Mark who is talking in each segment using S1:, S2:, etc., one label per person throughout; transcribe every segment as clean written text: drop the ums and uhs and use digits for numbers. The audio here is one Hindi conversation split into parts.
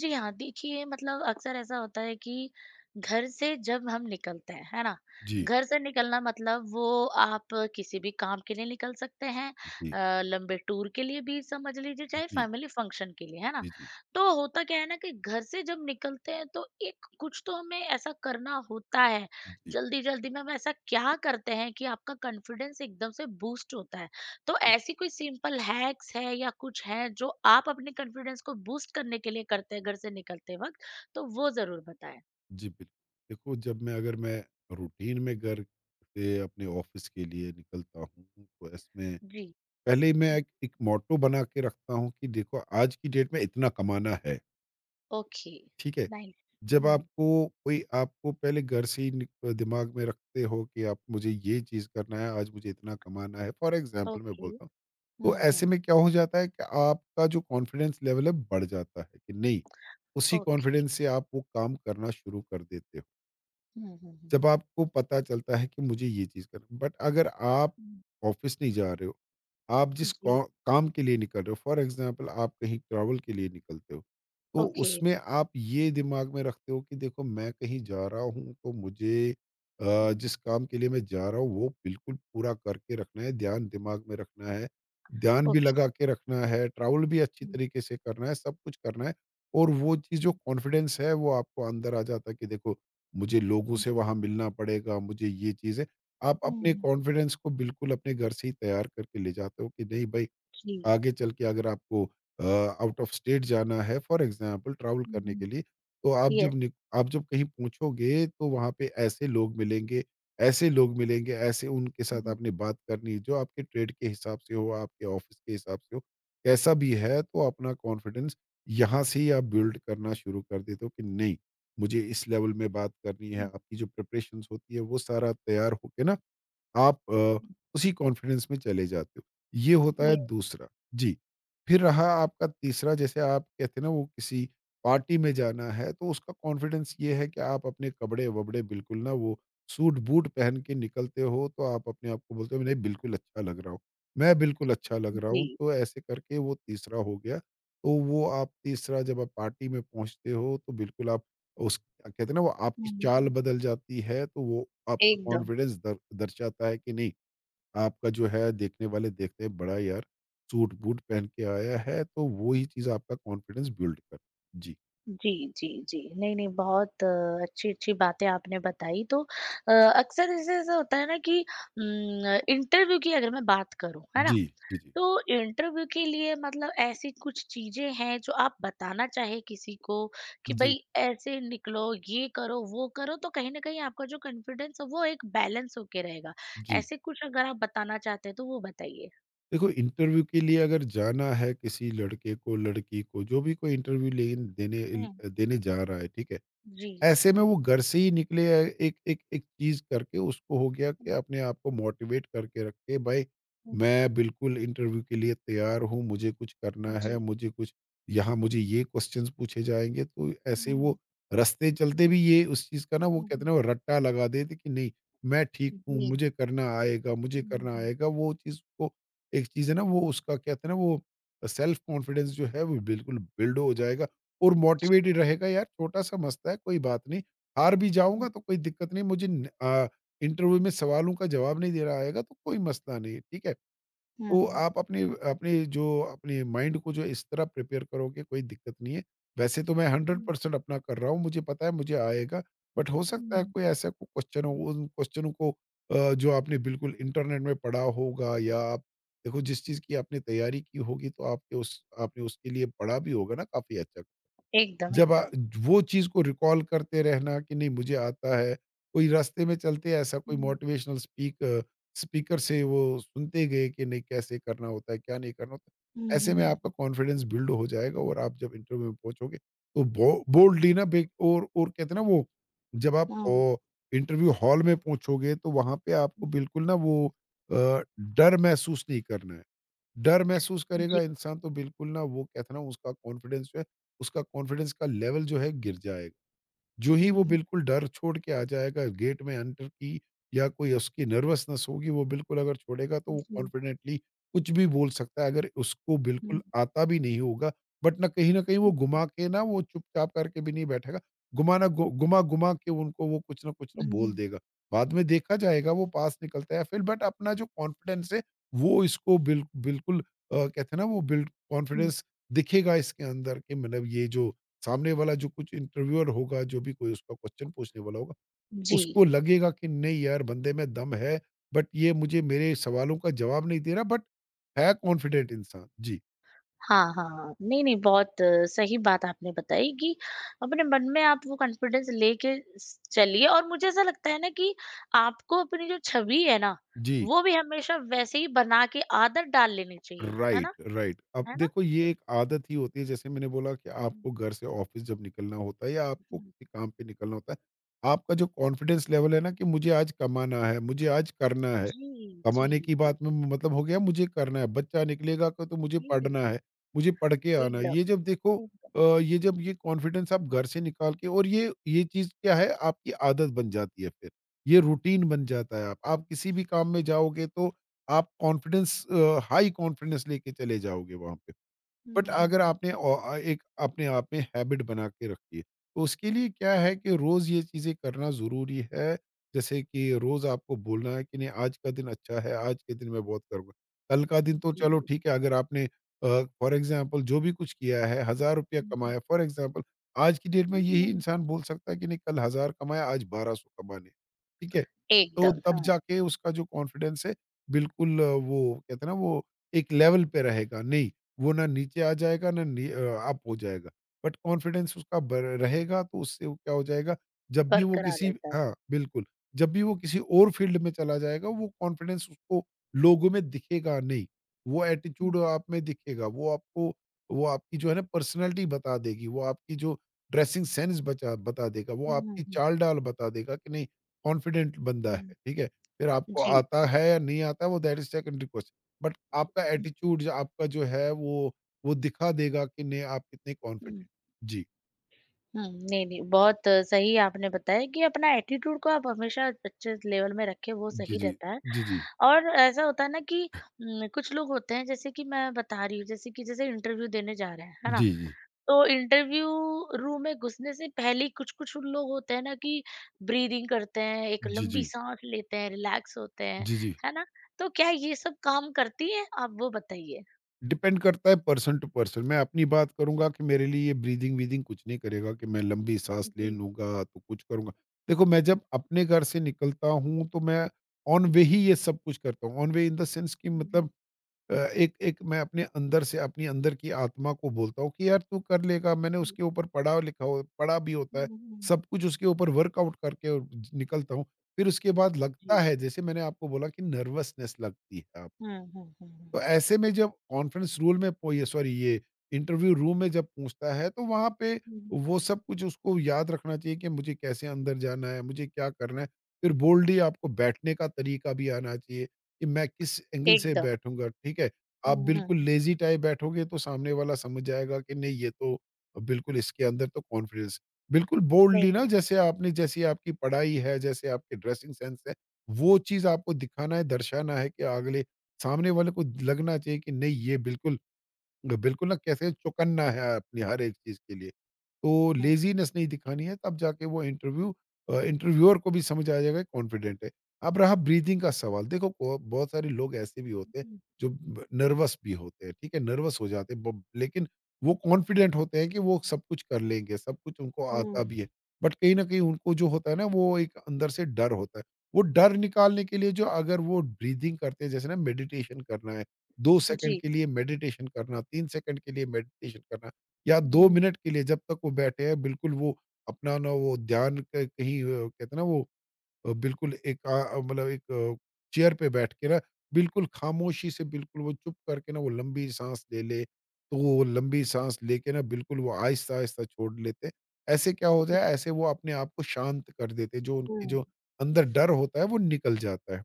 S1: जी हाँ, देखिए मतलब अक्सर ऐसा होता है कि घर से जब हम निकलते हैं, है ना?
S2: जी,
S1: घर से निकलना मतलब वो आप किसी भी काम के लिए निकल सकते हैं
S2: जी,
S1: लंबे टूर के लिए भी समझ लीजिए चाहे
S2: जी,
S1: फैमिली फंक्शन के लिए, है ना?
S2: जी, जी,
S1: तो होता क्या है ना कि घर से जब निकलते हैं तो एक कुछ तो हमें ऐसा करना होता है,
S2: जी,
S1: जल्दी-जल्दी में हम ऐसा क्या करते हैं कि आपका कॉन्फिडेंस एकदम से बूस्ट होता है? तो
S2: जी,
S1: ऐसी कोई सिंपल हैक्स है या कुछ है जो आप अपने कॉन्फिडेंस को बूस्ट करने के लिए करते हैं घर से निकलते वक्त तो वो जरूर बताएं।
S2: जी, बिल्कुल। देखो जब मैं अगर मैं रूटीन में घर से अपने ऑफ़िस के लिए निकलता हूँ, तो इसमें
S1: जी।
S2: पहले ही मैं एक एक मोट्टो बना के रखता हूँ कि देखो आज की डेट में इतना कमाना है,
S1: ओके।
S2: ठीक है?
S1: नाइस।
S2: जब
S1: हम्म।
S2: आपको कोई आपको पहले घर से ही नि दिमाग में रखते हो कि आप मुझे ये चीज़ करना है, आज मुझे इतना कमाना है। फ़ॉर एग्ज़ाम्पल मैं
S1: ओके।
S2: बोलता हूँ। तो ऐसे
S1: हम्म।
S2: में क्या हो जाता है कि आपका जो कॉन्फिडेंस लेवल है बढ़ जाता है कि नहीं, उसी
S1: ओके।
S2: कॉन्फिडेंस से आप वो काम करना शुरू कर देते हो।
S1: हम्म हम्म हम्म,
S2: जब आपको पता चलता है कि मुझे ये चीज़ करना, बट अगर आप
S1: हम्म,
S2: ऑफिस नहीं जा रहे हो, आप जिस
S1: जी।
S2: कौ काम के लिए निकल रहे हो, फॉर एग्ज़ाम्पल आप कहीं ट्रैवल के लिए निकलते हो, तो
S1: ओके।
S2: उसमें आप ये दिमाग में रखते हो कि देखो मैं कहीं जा रहा हूँ तो मुझे
S1: हम्म।
S2: जिस काम के लिए मैं जा रहा हूँ वो बिल्कुल पूरा करके रखना है, ध्यान दिमाग में रखना है, ध्यान भी
S1: ओके।
S2: लगा के रखना है, ट्रैवल भी अच्छी
S1: हम्म
S2: तरीके से करना है, सब कुछ करना है। और वो चीज़ जो
S1: हम्म
S2: कॉन्फिडेंस है वो आपको अंदर आ जाता है कि देखो मुझे लोगों
S1: हम्म,
S2: से वहाँ मिलना पड़ेगा, मुझे ये चीज़ें आप अपने
S1: हम्म,
S2: कॉन्फिडेंस को बिल्कुल अपने घर से ही तैयार करके ले जाते हो कि नहीं भाई।
S1: जी।
S2: आगे चल के अगर आपको आउट ऑफ स्टेट जाना है फॉर एग्जांपल ट्रैवल करने
S1: हम्म,
S2: के लिए, तो आप
S1: यस।
S2: आप जब कहीं पहुंचोगे तो वहां पे ऐसे लोग मिलेंगे, ऐसे उनके साथ
S1: हम्म,
S2: आपने बात करनी जो आपके ट्रेड के हिसाब से हो, आपके ऑफिस के हिसाब से हो। कैसा भी है तो अपना कॉन्फिडेंस यहाँ से ही आप बिल्ड करना शुरू कर देते हो कि नहीं, मुझे इस लेवल में बात करनी है।
S1: हम्म,
S2: आपकी जो प्रिपरेशन होती है वो सारा तैयार होके ना आप उसी कॉन्फिडेंस में चले जाते हो। ये होता है
S1: यस।
S2: दूसरा। जी। फिर रहा आपका तीसरा, जैसे आप कहते हैं ना वो किसी पार्टी में जाना है, तो उसका कॉन्फिडेंस ये है कि आप अपने कपड़े-वपड़े बिल्कुल ना वो सूट-बूट पहन के निकलते हो तो आप अपने आप को बोलते हो नहीं बिल्कुल अच्छा लग रहा हूँ। मैं बिल्कुल अच्छा लग रहा हूँ,
S1: जी।
S2: तो ऐसे करके वो तीसरा हो गया। तो वो आप तीसरा जब आप पार्टी में पहुँचते हो तो बिल्कुल आप उस कहते हैं ना वो आपकी
S1: हम्म,
S2: चाल
S1: हम्म,
S2: बदल जाती है, तो वो आपका
S1: एकदम।
S2: कॉन्फिडेंस दर्शाता है कि नहीं आपका जो है देखने वाले देखते हैं बड़ा यार सूट बूट पहन के आया है, तो वो ही चीज़ आपका कॉन्फिडेंस बिल्ड कर। जी।
S1: जी, जी, जी। नहीं, नहीं बहुत अच्छी-अच्छी बातें आपने बताई तो अक्सर ऐसे ऐसा होता है ना कि इंटरव्यू की अगर मैं बात करूँ, है ना?
S2: जी। जी। जी।
S1: तो इंटरव्यू के लिए मतलब ऐसी कुछ चीज़ें हैं जो आप बताना चाहें किसी को कि
S2: जी।
S1: भई ऐसे निकलो, ये करो, वो करो तो कहीं न कहीं आपका जो कॉन्फिडेंस है वो एक बैलेंस होके रहेगा।
S2: जी।
S1: ऐसे कुछ अगर आप बताना चाहते हैं तो वो बताइए?
S2: देखो इंटरव्यू के लिए अगर जाना है किसी लड़के को लड़की को जो भी कोई इंटरव्यू ले देने
S1: हुँ।
S2: देने जा रहा है, ठीक है?
S1: जी।
S2: ऐसे में
S1: हुँ।
S2: वो घर से ही निकले एक एक एक चीज़ करके उसको हो गया कि
S1: हुँ,
S2: अपने आप को मोटिवेट करके रखे भाई,
S1: हुँ।
S2: मैं बिल्कुल इंटरव्यू के लिए तैयार हूँ, मुझे कुछ करना
S1: जी।
S2: है, मुझे कुछ
S1: हुँ,
S2: यहाँ मुझे ये क्वेश्चंस पूछे जाएंगे। तो
S1: हुँ,
S2: ऐसे
S1: हुँ,
S2: वो रास्ते चलते भी ये उस चीज़ का ना वो
S1: हुँ,
S2: कहते हैं
S1: हुँ।
S2: ना वो रट्टा लगा देते कि नहीं, मैं ठीक हूँ,
S1: जी।
S2: मुझे करना आएगा, मुझे
S1: हुँ,
S2: करना
S1: हुँ,
S2: आएगा वो चीज़ को। एक चीज़ है ना वो उसका कहते हैं ना वो सेल्फ कॉन्फिडेंस जो है वो बिल्कुल बिल्ड हो जाएगा, और मोटिवेटेड रहेगा यार छोटा सा मसला है, कोई बात नहीं। हार भी
S1: हुँ,
S2: जाऊँगा तो कोई दिक्कत नहीं, मुझे न अ, इंटरव्यू में सवालों का जवाब नहीं देना आएगा तो कोई मसला नहीं है, ठीक है? तो
S1: हुँ।
S2: आप अपने अपने जो अपने माइंड को जो इस तरह प्रिपेयर करोगे कोई दिक्कत नहीं है। वैसे तो मैं
S1: हुँ,
S2: 100% अपना कर रहा हूँ, मुझे पता है मुझे आएगा। बट हो सकता है
S1: हुँ,
S2: कोई ऐसा कोई क्वेश्चन हो,
S1: हुँ।
S2: उन क्वेश्चनों को जो आपने बिल्कुल इंटरनेट में पढ़ा होगा या आप देखो जिस चीज़ की आपने तैयारी की होगी तो आपके उस आपने उसके लिए पढ़ा भी होगा ना काफ़ी अच्छा।
S1: एकदम,
S2: जब अ,
S1: एकदम।
S2: वो चीज़ को रिकॉल करते रहना कि नहीं मुझे आता है, कोई रास्ते में चलते ऐसा कोई
S1: हुँ।
S2: मोटिवेशनल स्पीक स्पीकर से वो सुनते गए कि नहीं कैसे करना होता है, क्या नहीं करना होता।
S1: हुँ,
S2: ऐसे
S1: हुँ,
S2: में
S1: हुँ।
S2: आपका कॉन्फिडेंस बिल्ड हो जाएगा और आप जब इंटरव्यू में पहुँचोगे तो बो बोल्डली ना बे और कहते हैं ना वो जब आप
S1: हाँ,
S2: ओ इंटरव्यू हॉल में पहुँचोगे तो वहाँ पे आपको
S1: हुँ,
S2: बिल्कुल ना वो डर महसूस नहीं करना है। डर महसूस
S1: जी।
S2: करेगा इंसान तो बिल्कुल ना वो कहते हैं ना उसका कॉन्फिडेंस जो है, उसका कॉन्फिडेंस का लेवल जो है गिर जाएगा। जो ही वो
S1: हुँ, हुँ।
S2: बिल्कुल डर छोड़ के आ जाएगा गेट में एंटर की या कोई उसकी नर्वसनेस होगी वो बिल्कुल अगर छोड़ेगा तो वो
S1: जी।
S2: कॉन्फिडेंटली कुछ भी बोल सकता है अगर उसको
S1: हुँ,
S2: बिल्कुल
S1: हुँ,
S2: आता भी नहीं होगा, बट ना कहीं वो घुमा के ना वो चुपचाप करके भी नहीं बैठेगा। घुमा घुमा के उनको वो कुछ ना
S1: हुँ,
S2: बोल
S1: हुँ।
S2: देगा। बाद में देखा जाएगा वो पास निकलता है फिर, बट अपना जो कॉन्फिडेंस है वो इसको बिल्कुल कहते हैं ना वो बिल्ड
S1: हुँ, हुँ।
S2: कॉन्फिडेंस दिखेगा इसके अंदर। कि मतलब ये जो सामने वाला जो कुछ इंटरव्यूअर होगा, जो भी कोई उसका क्वेश्चन पूछने वाला होगा,
S1: जी।
S2: उसको लगेगा कि नहीं यार बंदे में दम है, बट ये मुझे मेरे सवालों का जवाब नहीं दे रहा, बट है कॉन्फिडेंट इंसान। जी।
S1: हाँ, हाँ। नहीं, नहीं बहुत सही बात आपने बताई कि अपने मन में आप वो कॉन्फिडेंस लेके स चलिए और मुझे ऐसा लगता है ना कि आपको अपनी जो छवि है ना,
S2: जी।
S1: वो भी हमेशा वैसे ही बना के आदत डाल लेनी चाहिए, है
S2: राइट,
S1: ना?
S2: राइट। अब
S1: है ना?
S2: देखो ये एक आदत ही होती है। जैसे मैंने बोला कि
S1: हुँ, हुँ,
S2: आपको घर से ऑफ़िस जब निकलना होता है या आपको
S1: हुँ।
S2: किसी काम पे निकलना होता है, आपका जो कॉन्फिडेंस लेवल है ना कि मुझे आज कमाना है, मुझे आज करना है।
S1: जी, जी,
S2: कमाने की
S1: जी,
S2: बात में
S1: जी,
S2: मतलब हो गया मुझे करना है, बच्चा निकलेगा क तो मुझे
S1: जी,
S2: पढ़ना है, मुझे पढ़ के आना है।
S1: एकदम।
S2: ये जब देखो
S1: एकदम।
S2: ये जब ये कॉन्फिडेंस आप घर से निकाल के, और ये चीज़ क्या है आपकी आदत बन जाती है फिर। ये रूटीन बन जाता है, आप किसी भी काम में जाओगे तो आप कॉन्फिडेंस हाई कॉन्फिडेंस लेके चले जाओगे वहाँ पे।
S1: हुँ,
S2: बट
S1: हुँ,
S2: अगर
S1: हुँ।
S2: आपने एक अपने आप में हैबिट बना के रखी है, तो उसके लिए क्या है कि रोज़ ये चीज़ें करना ज़रूरी है। जैसे कि रोज़ आपको बोलना है कि नहीं आज का दिन अच्छा है, आज के दिन मैं बहुत करूँगा। कल का दिन तो चलो
S1: जी।
S2: ठीक है, अगर आपने फ़ॉर एग्ज़ाम्पल जो भी कुछ किया है ₹1000
S1: हुँ, हुँ।
S2: कमाया फ़ॉर एग्ज़ाम्पल, आज की डेट में
S1: हुँ,
S2: यही
S1: हुँ।
S2: इंसान बोल सकता है कि नहीं कल 1000 कमाया आज 1200 कमाने। ठीक है? तो
S1: एकदम,
S2: तब
S1: हाँ,
S2: जाके उसका जो कॉन्फिडेंस है बिल्कुल वो कहते हैं ना वो एक लेवल पे रहेगा। नहीं, वो ना नीचे आ जाएगा अप हो जाएगा। बट कॉन्फिडेंस उसका ब रहेगा तो उससे वो क्या हो जाएगा जब भी वो
S1: बरकरार
S2: किसी
S1: रहता है।
S2: हाँ, बिल्कुल। जब भी वो किसी और फील्ड में चला जाएगा वो कॉन्फिडेंस उसको लोगों में दिखेगा नहीं। वो एटीट्यूड
S1: हुँ,
S2: आप में दिखेगा। वो आपकी जो है ना पर्सनैलिटी बता देगी। वो आपकी जो ड्रेसिंग सेंस बचा बता देगा। वो
S1: हुँ,
S2: आपकी
S1: हुँ,
S2: चाल-ढाल बता देगा कि नहीं कॉन्फिडेंट बंदा है।
S1: हुँ।
S2: ठीक है? फिर आपको
S1: जी,
S2: आता
S1: जी।
S2: है या नहीं आता है वो that is secondary question. But आपका
S1: हुँ,
S2: एटीट्यूड जो आपका जो है वो दिखा देगा कि नहीं आप कितने
S1: हुँ,
S2: कॉन्फिडेंट।
S1: हुँ।
S2: जी।
S1: नहीं, नहीं, बहुत सही आपने बताया कि अपना एटीट्यूड को आप हमेशा अच्छे लेवल में रखें, वो
S2: जी।
S1: सही रहता है।
S2: जी। जी।
S1: और ऐसा होता है ना कि कुछ लोग होते हैं, जैसे कि मैं बता रही हूँ, जैसे कि जैसे इंटरव्यू देने जा रहे हैं, है ना?
S2: जी। जी।
S1: तो इंटरव्यू रूम में घुसने से पहले ही कुछ-कुछ उन लोग होते हैं ना कि ब्रीदिंग करते हैं, एक
S2: जी। जी।
S1: लंबी
S2: जी।
S1: साँस लेते हैं, रिलैक्स होते हैं,
S2: जी। जी।
S1: है ना? तो क्या ये सब काम करती है? आप वो बताइए।
S2: डिपेंड करता है पर्सन टू पर्सन। मैं अपनी बात
S1: हुँ,
S2: करूंगा कि मेरे लिए ये ब्रीदिंग वीदिंग कुछ नहीं करेगा, कि मैं लंबी सांस ले
S1: जी।
S2: लूंगा तो कुछ करूंगा। देखो मैं जब अपने घर से निकलता हूं तो मैं ऑन वे ही ये सब कुछ करता हूँ। On way in the sense कि
S1: हुँ,
S2: मतलब
S1: हुँ,
S2: एक एक मैं अपने अंदर से अपनी अंदर की आत्मा को बोलता हूँ कि यार तू कर लेगा, मैंने
S1: हुँ,
S2: उसके ऊपर पढ़ा लिखा हो पढ़ा भी होता है,
S1: हुँ, हुँ,
S2: सब कुछ उसके ऊपर वर्कआउट करके और निकलता हूँ। फिर उसके बाद लगता
S1: जी।
S2: है जैसे मैंने आपको बोला कि नर्वसनेस लगती है।
S1: हुँ, हुँ, हुँ, हुँ।
S2: तो ऐसे में जब कॉन्फ्रेंस रूल में पो ये सॉरी ये इंटरव्यू रूम में जब पूछता है तो वहाँ पे
S1: हुँ।
S2: वो सब कुछ उसको याद रखना चाहिए कि मुझे कैसे अंदर जाना है, मुझे क्या करना है। फिर बोल्डली आपको बैठने का तरीका भी आना चाहिए कि मैं किस एंगल से
S1: एकदम।
S2: बैठूँगा, ठीक है?
S1: हुँ,
S2: आप
S1: हुँ,
S2: बिल्कुल
S1: हुँ।
S2: लेज़ी टाइप बैठोगे तो सामने वाला समझ जाएगा कि नहीं ये तो बिल्कुल इसके अंदर तो कॉन्फिडेंस बिल्कुल बोल्डली
S1: नहीं,
S2: ना जैसे आपने जैसी आपकी पढ़ाई है, जैसे आपकी ड्रेसिंग सेंस है, वो चीज़ आपको दिखाना है, दर्शाना है कि अगले सामने वाले को लगना चाहिए कि नहीं ये बिल्कुल बिल्कुल ना कैसे चौकन्ना है अपनी हर एक चीज़ के लिए। तो
S1: हुँ।
S2: लेज़ीनेस नहीं दिखानी है तब जाके वो इंटरव्यू इंटरव्यूअर को भी समझ आ जाएगा कॉन्फिडेंट है। अब रहा ब्रीथिंग का सवाल देखो ब बहुत सारे लोग ऐसे भी होते हैं
S1: हुँ।
S2: जो ब नर्वस भी होते हैं, ठीक है? नर्वस हो जाते हैं ब लेकिन वो कॉन्फिडेंट होते हैं कि वो सब कुछ कर लेंगे, सब कुछ उनको आता
S1: हुँ।
S2: भी है। बट कहीं न कहीं उनको जो होता है ना वो एक अंदर से डर होता है। वो डर निकालने के लिए जो अगर वो ब्रीथिंग करते हैं जैसे ना मेडिटेशन करना है। 2 सेकंड
S1: जी।
S2: के लिए मेडिटेशन करना, 3 सेकंड के लिए मेडिटेशन करना या 2
S1: हुँ।
S2: मिनट के लिए जब तक वो बैठे हैं बिल्कुल वो अपना ना वो ध्यान क कहीं कहते हैं ना वो बिल्कुल एक मतलब एक चेयर पे बैठ के ना बिल्कुल खामोशी से बिल्कुल वो चुप करके ना वो लंबी साँस ले ले, तो वो लंबी साँस लेके ना बिल्कुल वो आहिस्ता-आहिस्ता छोड़ लेते हैं। ऐसे क्या होता है ऐसे वो अपने आप को शांत कर देते हैं, जो उनकी
S1: हुँ।
S2: जो अंदर डर होता है वो निकल जाता है।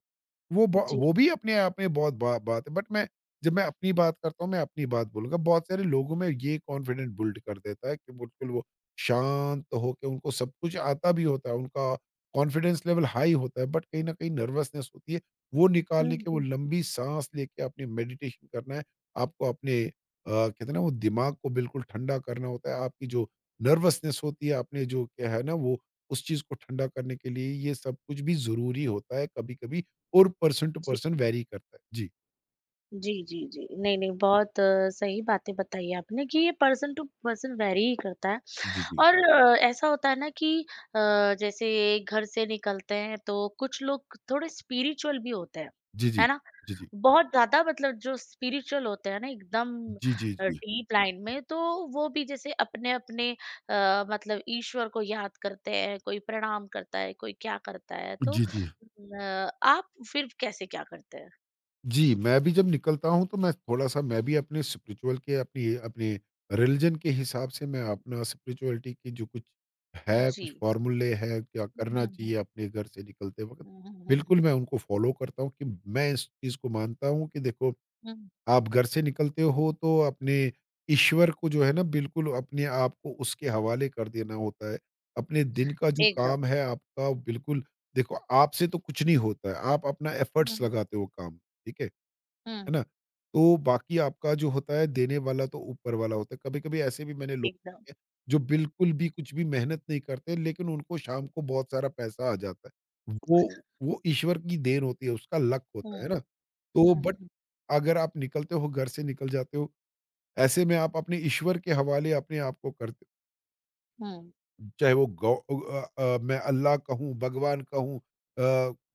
S2: वो ब
S1: जी।
S2: वो भी अपने आप में बहुत बा बात है बट मैं जब मैं अपनी बात करता हूँ, मैं अपनी बात बोलूँगा। बहुत सारे लोगों में ये कॉन्फिडेंट बिल्ड कर देता है कि बिल्कुल वो शांत होके उनको सब कुछ आता भी होता है, उनका कॉन्फिडेंस लेवल हाई होता है बट कहीं न कहीं नर्वसनेस होती है। वो
S1: हुँ,
S2: निकालने के वो
S1: हुँ,
S2: लंबी साँस लेके आपने मेडिटेशन करना है। आपको अपने कहते हैं ना वो दिमाग को बिल्कुल ठंडा करना होता है। आपकी जो नर्वसनेस होती है, आपने जो क्या है ना वो उस चीज़ को ठंडा करने के लिए ये सब कुछ भी ज़रूरी होता है। कभी-कभी और पर्सन टू
S1: जी।
S2: पर्सन वेरी करता है। जी।
S1: जी, जी, जी। नहीं, नहीं बहुत सही बातें बताई आपने कि ये पर्सन टू पर्सन वेरी ही करता है।
S2: जी, जी।
S1: और ऐसा होता है ना कि अ, जैसे घर से निकलते हैं तो कुछ लोग थोड़े स्पिरिचुअल भी होते हैं,
S2: जी, जी।
S1: है ना?
S2: जी, जी।
S1: बहुत ज़्यादा मतलब जो स्पिरिचुअल होते हैं ना एकदम
S2: जी, जी, जी।
S1: डीप लाइन में तो वो भी जैसे अपने-अपने मतलब ईश्वर को याद करते हैं, कोई प्रणाम करता है, कोई क्या करता है तो
S2: जी, जी।
S1: आप फिर कैसे क्या करते हैं?
S2: जी, मैं भी जब निकलता हूँ तो मैं थोड़ा-सा मैं भी अपने स्पिरिचुअल के अपनी अपने रिलीजन के हिसाब से मैं
S1: हुँ।
S2: अपना स्पिरिचुअलिटी की जो कुछ है,
S1: जी।
S2: कुछ फ़ॉर्मूले हैं, क्या
S1: हुँ,
S2: करना
S1: हुँ,
S2: चाहिए
S1: हुँ।
S2: अपने घर से निकलते वक़्त,
S1: हुँ, हुँ, हुँ,
S2: बिल्कुल मैं
S1: हुँ।
S2: उनको फ़ॉलो करता हूँ कि मैं इस चीज़ को मानता हूँ कि देखो
S1: हुँ, हुँ।
S2: आप घर से निकलते हो तो अपने ईश्वर को जो है ना बिल्कुल अपने आप को उसके हवाले कर देना होता है। अपने दिन का जो
S1: एकदम।
S2: काम है आपका बिल्कुल देखो आपसे तो कुछ नहीं होता है, आप अपना
S1: हुँ,
S2: एफर्ट्स लगाते हो काम, ठीक है
S1: हुँ।
S2: ना? तो बाकी आपका जो होता है देने वाला तो ऊपर वाला होता है। कभी-कभी ऐसे भी मैंने लोग
S1: एकदम।
S2: देखे हैं, जो बिल्कुल भी कुछ भी मेहनत नहीं करते लेकिन उनको शाम को बहुत सारा पैसा आ जाता है। वो ईश्वर की देन होती है, उसका लक होता है ना?
S1: हुँ।
S2: तो बट
S1: हुँ,
S2: अगर आप निकलते हो घर से निकल जाते हो, ऐसे में आप अपने ईश्वर के हवाले अपने आप को करते हो।
S1: हुँ,
S2: चाहे वो मैं अल्लाह कहूँ, भगवान कहूँ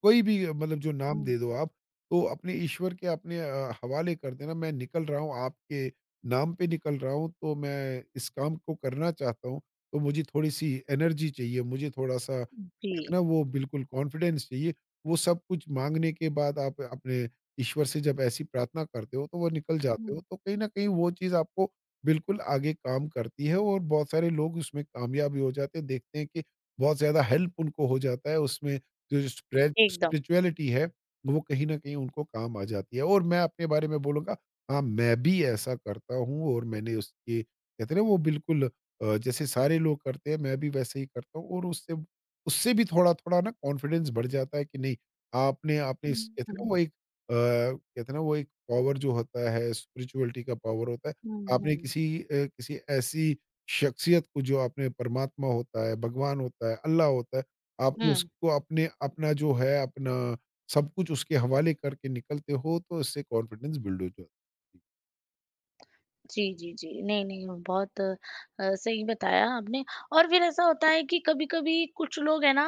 S2: कोई भी मतलब जो नाम
S1: हुँ,
S2: दे दो आप, तो अपने ईश्वर के अपने हवाले कर देना, मैं निकल रहा हूँ, आपके नाम पे निकल रहा हूँ, तो मैं इस काम को करना चाहता हूँ, तो मुझे थोड़ी-सी एनर्जी चाहिए, मुझे थोड़ा-सा
S1: हुँ,
S2: कहते हैं
S1: जी,
S2: ना वो बिल्कुल कॉन्फिडेंस चाहिए। वो सब कुछ माँगने के बाद आप अपने ईश्वर से जब ऐसी प्रार्थना करते हो, तो वो निकल जाते हो,
S1: हुँ।
S2: तो कहीं न कहीं वो चीज़ आपको बिल्कुल आगे काम करती है और बहुत सारे लोग उसमें कामयाब भी हो जाते हैं। देखते हैं कि बहुत ज़्यादा हेल्प उनको हो जाता है उसमें जो स्प्रेड
S1: एकदम।
S2: स्पिरिचुअलिटी है, वो कहीं न कहीं उनको काम आ जाती है और मैं अपने बारे में बोलूँगा हाँ, मैं भी ऐसा करता हूँ और मैंने उसके कहते हैं ना वो बिल्कुल जैसे सारे लोग करते हैं मैं भी वैसे ही करता हूँ और उससे उससे भी थोड़ा-थोड़ा ना कॉन्फिडेंस बढ़ जाता है कि नहीं आपने आपने इस कहते हैं ना
S1: हुँ,
S2: वो एक कहते हैं ना वो एक पावर जो होता है स्पिरिचुअलिटी का पावर होता है।
S1: हुँ,
S2: आपने
S1: हुँ,
S2: किसी किसी ऐसी शख्सियत को जो आपने परमात्मा होता है, भगवान होता है, अल्लाह होता है, आपने
S1: हुँ।
S2: उसको अपने अपना जो है, अपना सब कुछ उसके हवाले करके निकलते हो, तो इससे कॉन्फिडेंस बिल्ड हो जाता है।
S1: जी, जी, जी। नहीं, नहीं बहुत सही बताया आपने और फिर ऐसा होता है कि कभी-कभी कुछ लोग है ना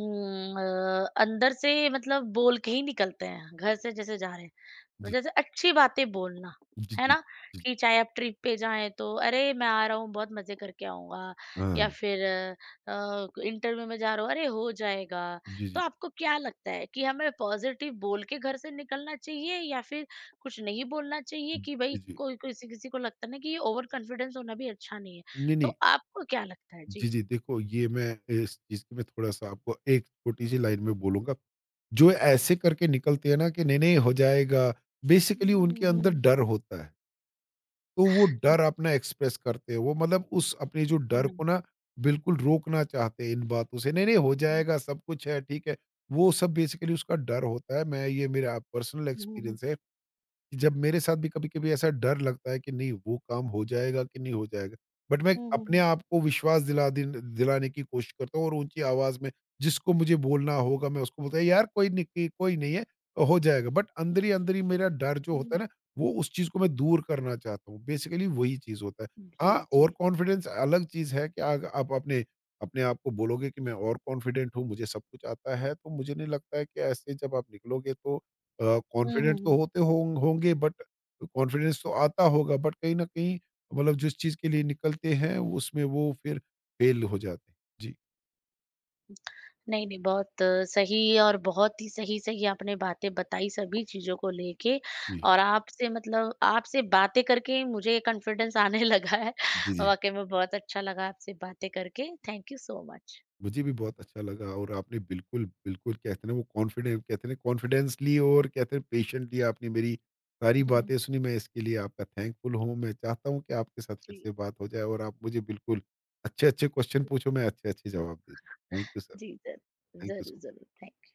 S1: अंदर से मतलब बोल के ही निकलते हैं, घर से जैसे जा रहे हैं।
S2: जी,
S1: जैसे अच्छी बातें बोलना,
S2: जी, जी,
S1: है
S2: जी,
S1: ना?
S2: जी।
S1: कि चाहे आप ट्रिप पे जाएँ तो अरे! मैं आ रहा हूँ बहुत मज़े करके आऊँगा।
S2: हाँ,
S1: या फिर इंटरव्यू में जा रहा हूँ, अरे! हो जाएगा।
S2: जी,
S1: तो
S2: जी।
S1: आपको क्या लगता है कि हमें पॉज़िटिव बोल के घर से निकलना चाहिए या फिर कुछ नहीं बोलना चाहिए कि
S2: जी,
S1: भई
S2: जी।
S1: कोई किसी किसी को लगता है ना कि ये ओवर कॉन्फिडेंस होना भी अच्छा नहीं है।
S2: नहीं, नहीं।
S1: तो आपको क्या लगता है? जी।
S2: जी, जी, देखो ये मैं इस चीज़ की मैं थोड़ा-सा आपको एक छोटी-सी लाइन में बोलूँगा, जो ऐसे करके निकलते हैं ना कि नहीं, नहीं हो जाएगा, बेसिकली उनके
S1: हुँ,
S2: अंदर
S1: हुँ।
S2: डर होता है। तो वो डर अपना एक्सप्रेस करते हैं। वो मतलब उस अपने जो
S1: हुँ, हुँ,
S2: डर को
S1: हुँ।
S2: ना बिल्कुल रोकना चाहते हैं इन बातों से, नहीं-नहीं हो जाएगा सब कुछ है, ठीक है। वो सब बेसिकली उसका डर होता है। मैं ये मेरा पर्सनल
S1: हुँ, हुँ, हुँ।
S2: एक्सपीरियंस है। जब मेरे साथ भी कभी-कभी ऐसा डर लगता है कि नहीं वो काम हो जाएगा कि नहीं हो जाएगा। बट मैं
S1: हुँ, हुँ,
S2: अपने
S1: हुँ।
S2: आप को विश्वास दिला दिन दिलाने की कोशिश करता हूँ और ऊँची आवाज़ में जिसको मुझे बोलना होगा मैं उसको बोलता हूँ यार कोई नहीं कि कोई नहीं है, हो जाएगा। बट अंदर ही मेरा डर जो होता है
S1: हुँ।
S2: ना, वो उस चीज़ को मैं दूर करना चाहता हूँ। बेसिकली वही चीज़ होता है।
S1: जी,
S2: हाँ, ओवर
S1: जी।
S2: कॉन्फिडेंस अलग चीज़ है कि अग आप अपने अपने आप को बोलोगे कि मैं ओवर कॉन्फिडेंट हूँ, मुझे सब कुछ आता है, तो मुझे नहीं लगता है कि ऐसे जब आप निकलोगे तो
S1: हुँ, हुँ,
S2: कॉन्फिडेंट तो
S1: हुँ।
S2: होते होंग होंगे बट कॉन्फिडेंस तो आता होगा बट कहीं न कहीं मतलब जिस चीज़ के लिए निकलते हैं उसमें वो फिर फेल हो जाते हैं। जी।
S1: नहीं, नहीं बहुत सही और बहुत ही सही-सही आपने बातें बताई सभी चीज़ों को लेके
S2: जी।
S1: और आपसे मतलब आपसे बातें करके मुझे कॉन्फिडेंस आने लगा है।
S2: जी, जी।
S1: वाक़ई में बहुत अच्छा लगा आपसे बातें करके। Thank you so much.
S2: मुझे भी बहुत अच्छा लगा और आपने बिल्कुल, बिल्कुल कहते हैं ना वो कॉन्फिडेंट कहते हैं ना कॉन्फिडेंसली और कहते हैं पेशेंटली आपने मेरी सारी बातें सुनी। मैं इसके लिए आपका थैंकफुल हूँ। मैं चाहता हूँ कि आपके साथ फिर
S1: जी।
S2: से बात हो जाए और आप मुझे बिल्कुल अच्छे-अच्छे क्वेश्चन पूछो मैं अच्छे-अच्छे जवाब दे दूँ। Thank you sir.
S1: जी, ज़रूर।
S2: थैंक यू
S1: ज़रूर,
S2: सो
S1: ज़रूर। थैंक